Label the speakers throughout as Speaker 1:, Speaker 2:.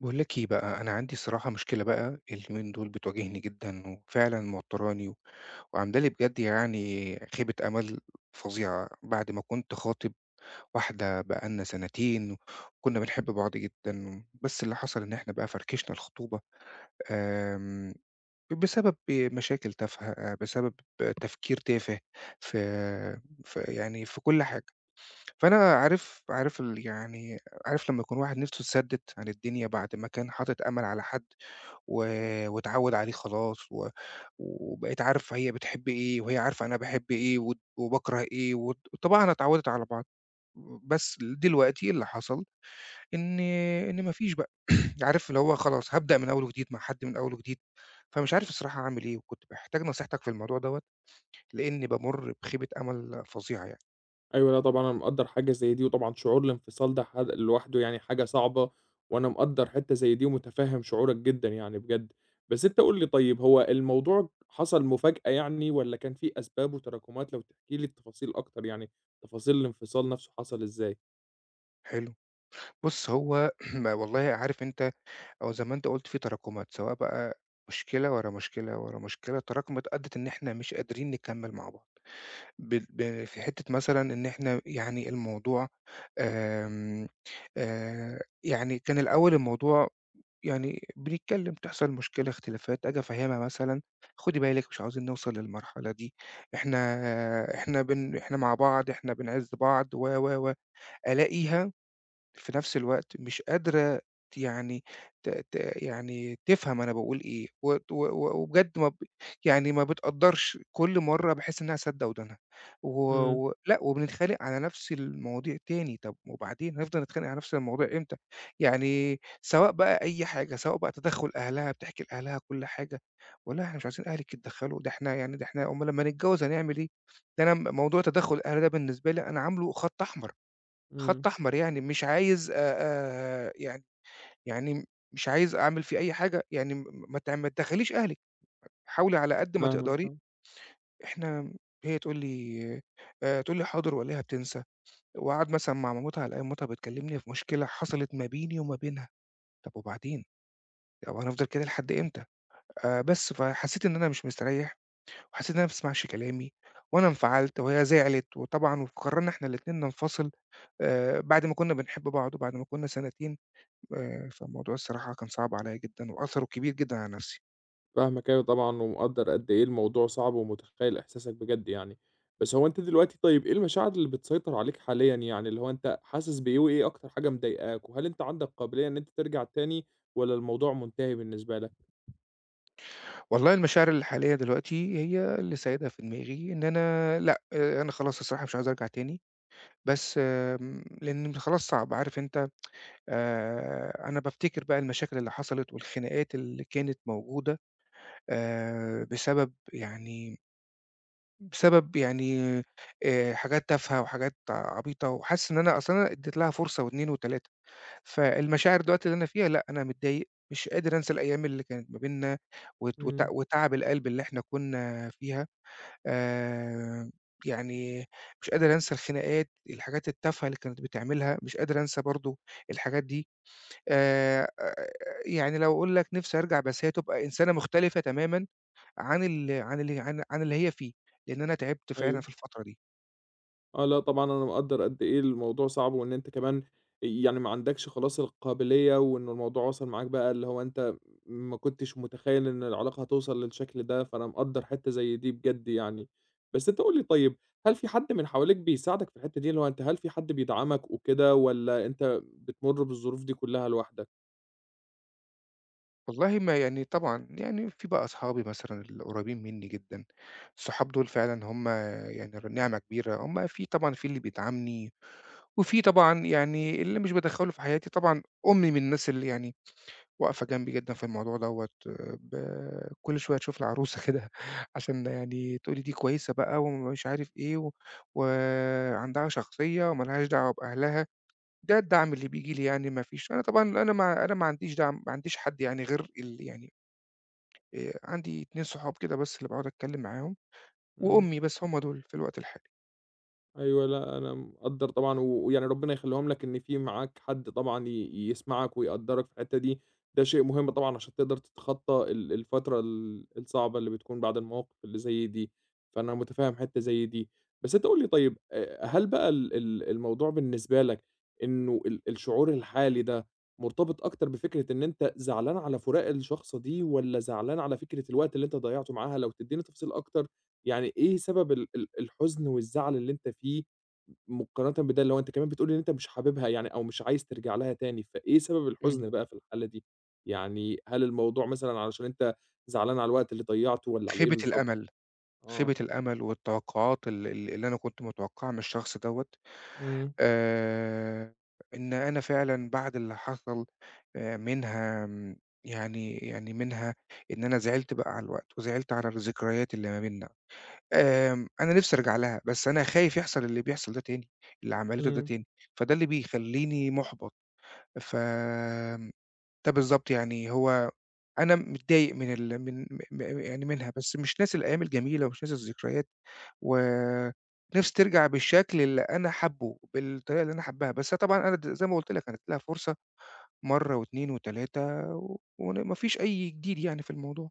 Speaker 1: باقول لِك إيه بقى، أنا عندي الصراحة مشكلة بقى اليومين دول بتواجهني جدًا، وفعلًا موتّراني، وعاملة لي بجد يعني خيبة أمل فظيعة، بعد ما كنت خاطب واحدة بقى لنا سنتين، وكنا بنحب بعض جدًا، بس اللي حصل إن إحنا بقى فركشنا الخطوبة، آمم، بسبب مشاكل تافهة، بسبب تفكير تافه في في يعني في كل ح فأنا عارف عارف ال يعني عارف لمّا يكون واحد نِفْسه اتسدِّت عن الدنيا بعد ما كان حاطط أمَل على حد و واتعوّد عليه خلاص وبقِت عارفة هي بتحب إيه وهي عارفة أنا باحب إيه وباكره إيه وطباعنا اتعوّدت على بعض. بس دلوقتي اللي حصل إن إن ما فيش بقى. عارف اللي هو خلاص هابدأ من أول وجديد مع حد من أول وجديد، فمش عارف الصراحة أعمل إيه وكنت محتاج نصيحتك في الموضوع دوّة لإنّي بامُر بخيبة أمَل فظيعة يعني.
Speaker 2: أيوه، لأ طبعًا أنا مقدّر حاجة زي دي، وطبعًا شعور الانفصال ده لوحده يعني حاجة صعبة، وأنا مقدّر حتّة زي دي ومتفهّم شعورك جدًا يعني بجد. بس أنت قُل لي طيب، هو الموضوع حصل مفاجأة يعني والّا كان في أسباب وتراكمات؟ لو تحكي لي التفاصيل أكتر يعني، تفاصيل الانفصال نَفْسه حصل إزاي؟
Speaker 1: حلو. بُص، هو ما والله عارف أنت أو زي ما أنت قُلت في تراكُمات، سواء بقى مشكلة ورا مشكلة ورا مشكلة تراكمت أدّت إن إحنا مش قادرين نكمّل مع بعض، بال ب في حتّة مثلًا إن إحنا يعني الموضوع آمم، يعني كان الأول الموضوع يعني بنتكلّم، تحصل مشكلة، اختلافات، آجي أفهّمها مثلًا خُدي بالِك مش عاوزين نوصل للمرحلة دي، إحنا إحنا مع بعض، إحنا بنعِز بعض و، و، و، ألاقيها في نفس الوقت مش قادرة ت يعني ت ت يعني تفهم أنا باقول إيه، وت و و وبجد ما ب يعني ما بتقدّرش، كل مرّة باحس إنها سادة ودانها، و
Speaker 2: إمم.
Speaker 1: و لأ وبنتخانق على نفس المواضيع تاني، طَب وبعدين هنفضل نتخانق على نفس المواضيع إمتى؟ يعني سواء بقى أي حاجة، سواء بقى تدخُّل أهلها، بتحكي لأهلها كل حاجة، "والله إحنا مش عايزين أهلِك يتدخّلوا، ده إحنا يعني ده إحنا أُمّال لمّا نتجوّز هنعمل إيه؟" ده أنا موضوع تدخُّل الأهل ده بالنسبة لي أنا عامله خَط أحمر.
Speaker 2: إمم.
Speaker 1: خط أحمر يعني مش عايز يعني مش عايز أعمل فيه أي حاجة، يعني ما تدخّليش أهلِك، حاولي على قد ما
Speaker 2: فاهمك،
Speaker 1: تقدري
Speaker 2: آه.
Speaker 1: إحنا هي تقول لي تقول لي حاضر وألاقيها بتنسى، وأقعد مثلًا مع مامتها ألاقي مامتها بتكلمني في مشكلة حصلت ما بيني وما بينها، طب وبعدين؟ هو هنفضل كده لحد إمتى؟ بس، فحسيت إن أنا مش مستريّح، وحسيت إن أنا ما بتسمعش كلامي، وأنا انفعلت وهي زعلت، وطبعًا وقررنا إحنا الاتنين ننفصل بعد ما كنا بنحب بعض وبعد ما كنا سنتين فالموضوع الصراحة كان صعب عليَّ جدًا، وأثره كبير جدًا على نفسي.
Speaker 2: فاهمك، أيوه طبعًا، ومقدّر قد إيه الموضوع صعب ومتخيّل إحساسك بجد يعني. بس هو أنت دلوقتي طيب، إيه المشاعر اللي بتسيطر عليك حاليًا يعني، اللي هو أنت حاسس بإيه وإيه أكتر حاجة مضايقاك؟ وهل أنت عندك قابلية إن أنت ترجع تاني والّا الموضوع منتهي بالنسبة لك؟
Speaker 1: والله المشاعر الحالية دلوقتي هي اللي سايدة في دماغي إن أنا لأ، أنا خلاص الصراحة مش عايز أرجع تاني، بس لأن خلاص صعب، عارف أنت أنا بافتكر بقى المشاكل اللي حصلت والخناقات اللي كانت موجودة آآ، بسبب يعني بسبب حاجات تافهة وحاجات عبيطة، وحاسس إن أنا أصل أنا اديت لها فرصة و2 و3. فالمشاعر دلوقتي اللي أنا فيها لأ، أنا متضايق، مش قادر أنسى الأيام اللي كانت ما بيننا وت وت
Speaker 2: إمم.
Speaker 1: وتعب القلب اللي إحنا كنا فيها، آآ يعني مش قادر أنسى الخناقات، الحاجات التافهة اللي كانت بتعملها، مش قادر أنسى برضه الحاجات دي، آآ لو أقول لك نفسي أرجع بس هي تبقى إنسانة مختلفة تمامًا عن ال عن ال عن عن اللي هي فيه، لإن أنا تعبت فعلًا
Speaker 2: أيوه.
Speaker 1: في الفترة دي.
Speaker 2: آه، لأ طبعًا أنا مقدّر قد إيه الموضوع صعب، وإن أنت كمان يعني ما عندكش خلاص القابلية، وإن الموضوع وصل معاك بقى اللي هو أنت ما كنتش متخيل إن العلاقة هتوصل للشكل ده، فأنا مقدّر حتّة زي دي بجد يعني. بس أنت قُل لي طيب، هل في حد من حواليك بيساعدك في الحتّة دي؟ اللي هو أنت هل في حد بيدعمك وكده، والّا أنت بتمُر بالظروف دي كلّها لوحدك؟
Speaker 1: والله ما يعني طبعًا، يعني في بقى أصحابي مثلًا القريبين منّي جدًا، الصحاب دول فعلًا هم يعني ر نعمة كبيرة، هم في طبعًا في اللي بيدعمني، وفي طبعًا يعني اللي مش بادخّله في حياتي، طبعًا أمي من الناس اللي يعني واقفة جنبي جدًا في الموضوع دوّة، ب كل شوية تشوف لي عروسة كده عشان يعني تقول لي دي كويسة بقى ومش عارف إيه، وعندها شخصية وما لهاش دعوة بأهلها، ده الدعم اللي بييجي لي يعني ما فيش أنا طبعًا أنا ما عنديش دعم ما عنديش حد يعني غير ال يعني عندي 2 صحاب كده بس اللي باقعد أتكلّم معاهم،
Speaker 2: إمم.
Speaker 1: وأمي بس هم دول في الوقت الحالي.
Speaker 2: أيوه، لأ، أنا مقدّر طبعًا، ويعني ربنا يخلّيهم لك إن في معاك حد طبعًا يسمعك ويقدّرك في الحتّة دي. ده شيء مهم طبعًا عشان تقدر تتخطّى الفترة الصعبة اللي بتكون بعد المواقف اللي زي دي، فأنا مُتفهّم حتّة زي دي. بس أنت قُل لي طيب، هل بقى ال ال الموضوع بالنسبة لك، إنه الشعور الحالي ده مرتبط أكتر بفكرة إن أنت زعلان على فراق الشخصة دي والّا زعلان على فكرة الوقت اللي أنت ضيّعته معاها؟ لو تدّيني تفاصيل أكتر يعني، إيه سبب ال ال الحزن والزعل اللي أنت فيه مقارنة بده، اللي هو أنت كمان بتقول إن أنت مش حاببها يعني أو مش عايز ترجع لها تاني، فإيه سبب
Speaker 1: إمم.
Speaker 2: الحزن بقى في الحالة دي؟ يعني هل الموضوع مثلًا علشان أنت زعلان على الوقت اللي ضيّعته والّا على إيه
Speaker 1: خيبة
Speaker 2: بالضبط؟
Speaker 1: الأمل،
Speaker 2: آه.
Speaker 1: خيبة الأمل والتوقعات ال ال اللي أنا كنت متوقّعها من الشخص دوّة،
Speaker 2: إمم.
Speaker 1: آآ إن أنا فعلًا بعد اللي حصل منها آمم يعني يعني منها إن أنا زعلت بقى على الوقت، وزعلت على الذكريات اللي ما بيننا. أنا نِفْسي أرجع لها، بس أنا خايف يحصل اللي بيحصل ده تاني، اللي عملته ده
Speaker 2: إمم.
Speaker 1: تاني، فده اللي بيخلّيني مُحبَط. ف ده بالضبط، يعني هو أنا متضايق من ال من م م يعني منها، بس مش ناسي الأيام الجميلة ومش ناسي الذكريات، ونفسي ترجع بالشكل اللي أنا حابُّه، بالطريقة اللي أنا حابّاها، بس طبعًا أنا زي ما قُلت لك أنا ادّيت لها فرصة مرّة و2 و3 وما فيش أي جديد يعني في الموضوع.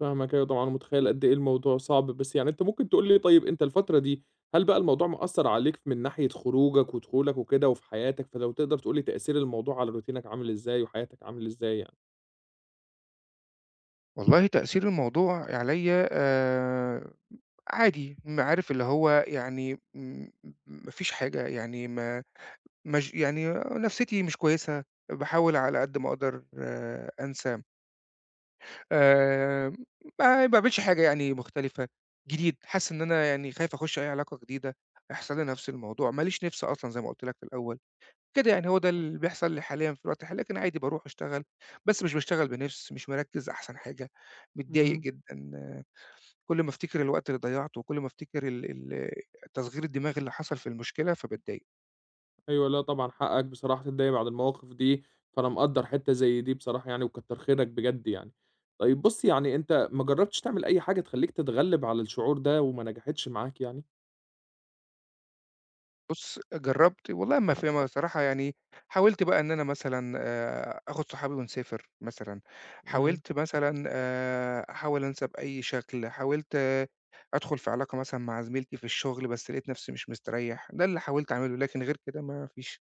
Speaker 2: فاهمك، أيوه طبعًا، ومتخيّل قد إيه الموضوع صعب. بس يعني أنت ممكن تقول لي طيب، أنت الفترة دي هل بقى الموضوع مأثّر عليك من ناحية خروجك ودخولك وكده وفي حياتك؟ فلو تقدر تقول لي، تأثير الموضوع على روتينك عامل إزاي وحياتك عامل إزاي يعني؟
Speaker 1: والله تأثير الموضوع عليّا عادي، عارف اللي هو يعني ما فيش حاجة، يعني ما مش يعني نفسيتي مش كويسة، باحاول على قد ما أقدر أنسى، آآ ما باعملش حاجة يعني مختلفة، جديد، حاسس إن أنا يعني خايف أخُش أي علاقة جديدة، هيحصل لي نفس الموضوع، ما ليش نِفْس أصلًا زي ما قُلت لك في الأول، كده يعني هو ده اللي بيحصل لي حاليًا في الوقت الحالي، لكن عادي باروح أشتغل، بس مش باشتغل بنِفْس، مش مركّز أحسن حاجة، متضايق
Speaker 2: إمم.
Speaker 1: جدًا، كل ما أفتكر الوقت اللي ضيّعته وكل ما أفتكر ال ال تصغير الدماغ اللي حصل في المشكلة فباتضايق.
Speaker 2: أيوه، لأ طبعًا حقك بصراحة تتضايق بعد المواقف دي، فأنا مقدّر حتّة زي دي بصراحة يعني وكتّر خيرك بجد يعني. طيب بُصّ، يعني أنت ما جرّبتش تعمل أي حاجة تخلّيك تتغلّب على الشعور ده وما نجحتش معاك يعني؟
Speaker 1: بُص، جرّبت والله ما في ما الصراحة يعني حاولت بقى إن أنا مثلًا آخُد صحابي ونسافر مثلًا،
Speaker 2: إمم.
Speaker 1: حاولت مثلًا أحاول أنسى بأي شكل، حاولت أدخُل في علاقة مثلًا مع زميلتي في الشغل، بس لقيت نَفْسي مش مستريّح، ده اللي حاولت أعمله، لكن غير كده ما فيش.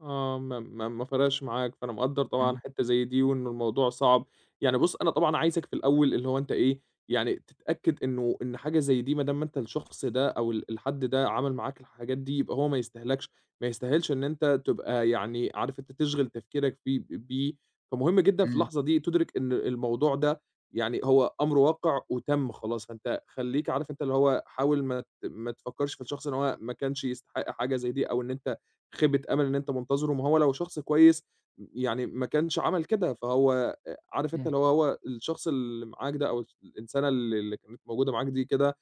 Speaker 2: آه، ما فَرَقش معاك، فأنا مقدّر طبعًا
Speaker 1: إمم،
Speaker 2: حتّة زي دي وإن الموضوع صعب. يعني بُص، أنا طبعًا عايزك في الأول اللي هو أنت إيه، يعني تتأكد إنه إن حاجة زي دي ما دام أنت الشخص ده أو الحد ده عمل معاك الحاجات دي، يبقى هو ما يستاهلكش، ما يستاهلش إن أنت تبقى يعني عارف أنت تشغِل تفكيرك فيه بيه. فمهم جدًا في
Speaker 1: إمم،
Speaker 2: اللحظة دي تُدرِك إن الموضوع ده يعني هو أمر واقع وتَم خلاص. فأنت خلّيك عارف أنت، اللي هو حاول ما تفكّرش في الشخص، إن هو ما كانش يستحق حاجة زي دي، أو إن أنت خيبة أمل إن أنت منتظره، ما هو لو شخص كويس يعني ما كانش عمل كده. فهو عارف أنت،
Speaker 1: إمم،
Speaker 2: اللي هو الشخص اللي معاك ده، أو الإنسانة اللي كانت موجودة معاك دي كده،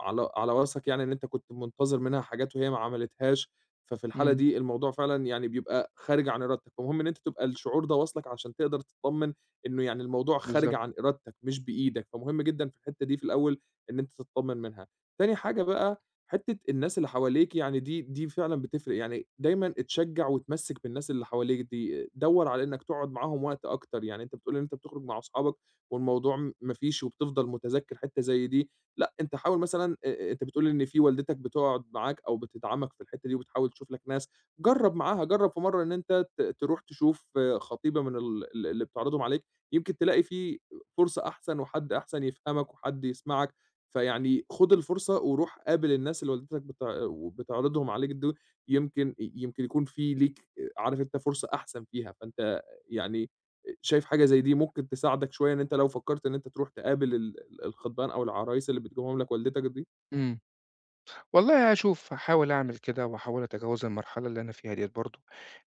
Speaker 2: على وَصْفك، يعني إن أنت كنت منتظر منها حاجات وهي ما عملتهاش. ففي الحالة
Speaker 1: إمم،
Speaker 2: دي الموضوع فعلًا يعني بيبقى خارج عن إرادتك، فمهم إن أنت تبقى الشعور ده واصلك عشان تقدر تتطمن إنه يعني الموضوع خارج
Speaker 1: بالضبط.
Speaker 2: عن إرادتك مش بإيدك، فمهم جدًا في الحتّة دي في الأول إن أنت تتطمن منها. تاني حاجة بقى، حتة الناس اللي حواليك يعني دي فعلًا بتفرق. يعني دايمًا اتشجّع واتمسّك بالناس اللي حواليك دي، دَوّر على إنّك تقعد معاهم وقت أكتر. يعني أنت بتقول إن أنت بتخرج مع أصحابك والموضوع ما فيش، وبتفضل متذكّر حتّة زي دي. لأ أنت حاول مثلًا، أنت بتقول إن في والدتك بتقعد معاك أو بتدعمك في الحتّة دي وبتحاول تشوف لك ناس، جرّب معاها، جرّب في مرّة إن أنت تروح تشوف خطيبة من ال ال اللي بتعرضهم عليك. يمكن تلاقي في فرصة أحسن وحد أحسن يفهمك وحد يسمعك. فيعني خُد الفرصة وروح قابل الناس اللي والدتك بتعرضهم عليك دول. يمكن يكون في ليك عارف أنت فرصة أحسن فيها. فأنت يعني شايف حاجة زي دي ممكن تساعدك شوية؟ إن أنت لو فكّرت إن أنت تروح تقابل الخطبان أو العرايس اللي بتجيبهم لك والدتك دي؟
Speaker 1: إمم. والله هاشوف، هاحاول أعمل كده وأحاول أتجاوز المرحلة اللي أنا فيها ديّة برضه،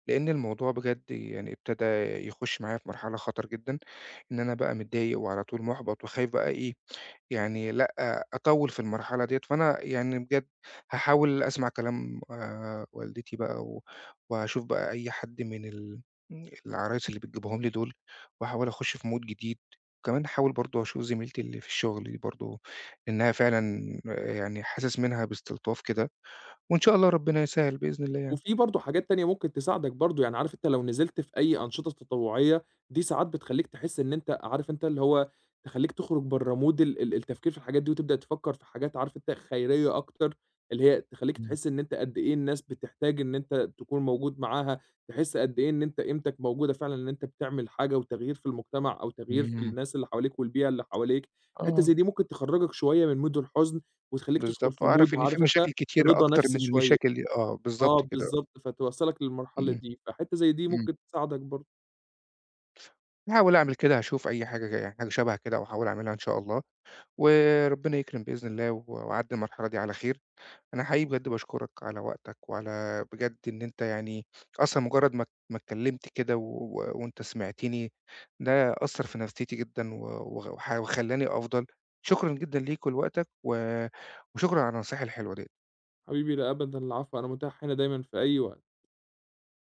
Speaker 1: لإن الموضوع بجد يعني ابتدى يخُش معايا في مرحلة خطر جدًا، إن أنا بقى متضايق وعلى طول مُحبَط وخايف بقى إيه، يعني لأ، أطوّل في المرحلة ديّة، فأنا يعني بجد هاحاول أسمع كلام والدتي بقى وهاشوف بقى أي حد من العرايس اللي بتجيبهم لي دول، واحاول أخُش في mood جديد، وكمان هاحاول برضه أشوف زميلتي اللي في الشغل دي برضه، لإنها فعلًا آه، يعني حاسس منها باستلطاف كده، وإن شاء الله ربنا يسهّل بإذن الله يعني.
Speaker 2: وفي برضه حاجات تانية ممكن تساعدك برضه. يعني عارف أنت، لو نزلت في أي أنشطة تطوعية، دي ساعات بتخلّيك تحس إن أنت عارف أنت، اللي هو تخلّيك تخرج برّه مود ال ال التفكير في الحاجات دي، وتبدأ تفكّر في حاجات عارف أنت خيرية أكتر، اللي هي تخلّيك
Speaker 1: إمم،
Speaker 2: تحس إن أنت قد إيه الناس بتحتاج إن أنت تكون موجود معاها، تحس قد إيه إن أنت قيمتك موجودة فعلًا، إن أنت بتعمل حاجة وتغيير في المجتمع، أو تغيير في
Speaker 1: إمم.
Speaker 2: الناس اللي حواليك والبيئة اللي حواليك. حتّة
Speaker 1: آه،
Speaker 2: زي دي ممكن تخرّجك شوية من مود الحزن، وتخلّيك تدخل
Speaker 1: بالضبط،
Speaker 2: في
Speaker 1: وأعرف
Speaker 2: مود
Speaker 1: إن في
Speaker 2: عارف أنت،
Speaker 1: مشاكل كتيرة
Speaker 2: رضا
Speaker 1: أكتر
Speaker 2: نفسي
Speaker 1: من
Speaker 2: شوية.
Speaker 1: المشاكل دي آه، بالضبط
Speaker 2: آه
Speaker 1: كده،
Speaker 2: بالضبط، فتوصّلك للمرحلة
Speaker 1: إمم،
Speaker 2: دي، فحتّة زي دي
Speaker 1: إمم.
Speaker 2: ممكن تساعدك برضه.
Speaker 1: هاحاول أعمل كده، هاشوف أي حاجة ج يعني حاجة شَبه كده وأحاول أعملها إن شاء الله، وربنا يكرم بإذن الله وأعدّي المرحلة دي على خير. أنا حقيقي بجد باشكرك على وقتك وعلى بجد إن أنت يعني أصلًا مجرّد ما اتكلّمت كده وأنت سمعتني، ده أثّر في نفسيتي جدًا و وغ وح وخلّاني أفضل. شكرًا جدًا ليك ولوقتك وشكرًا على النصايح الحلوة ديّة.
Speaker 2: حبيبي لا أبدًا، العفو، أنا متاح هنا دايمًا في أي وقت.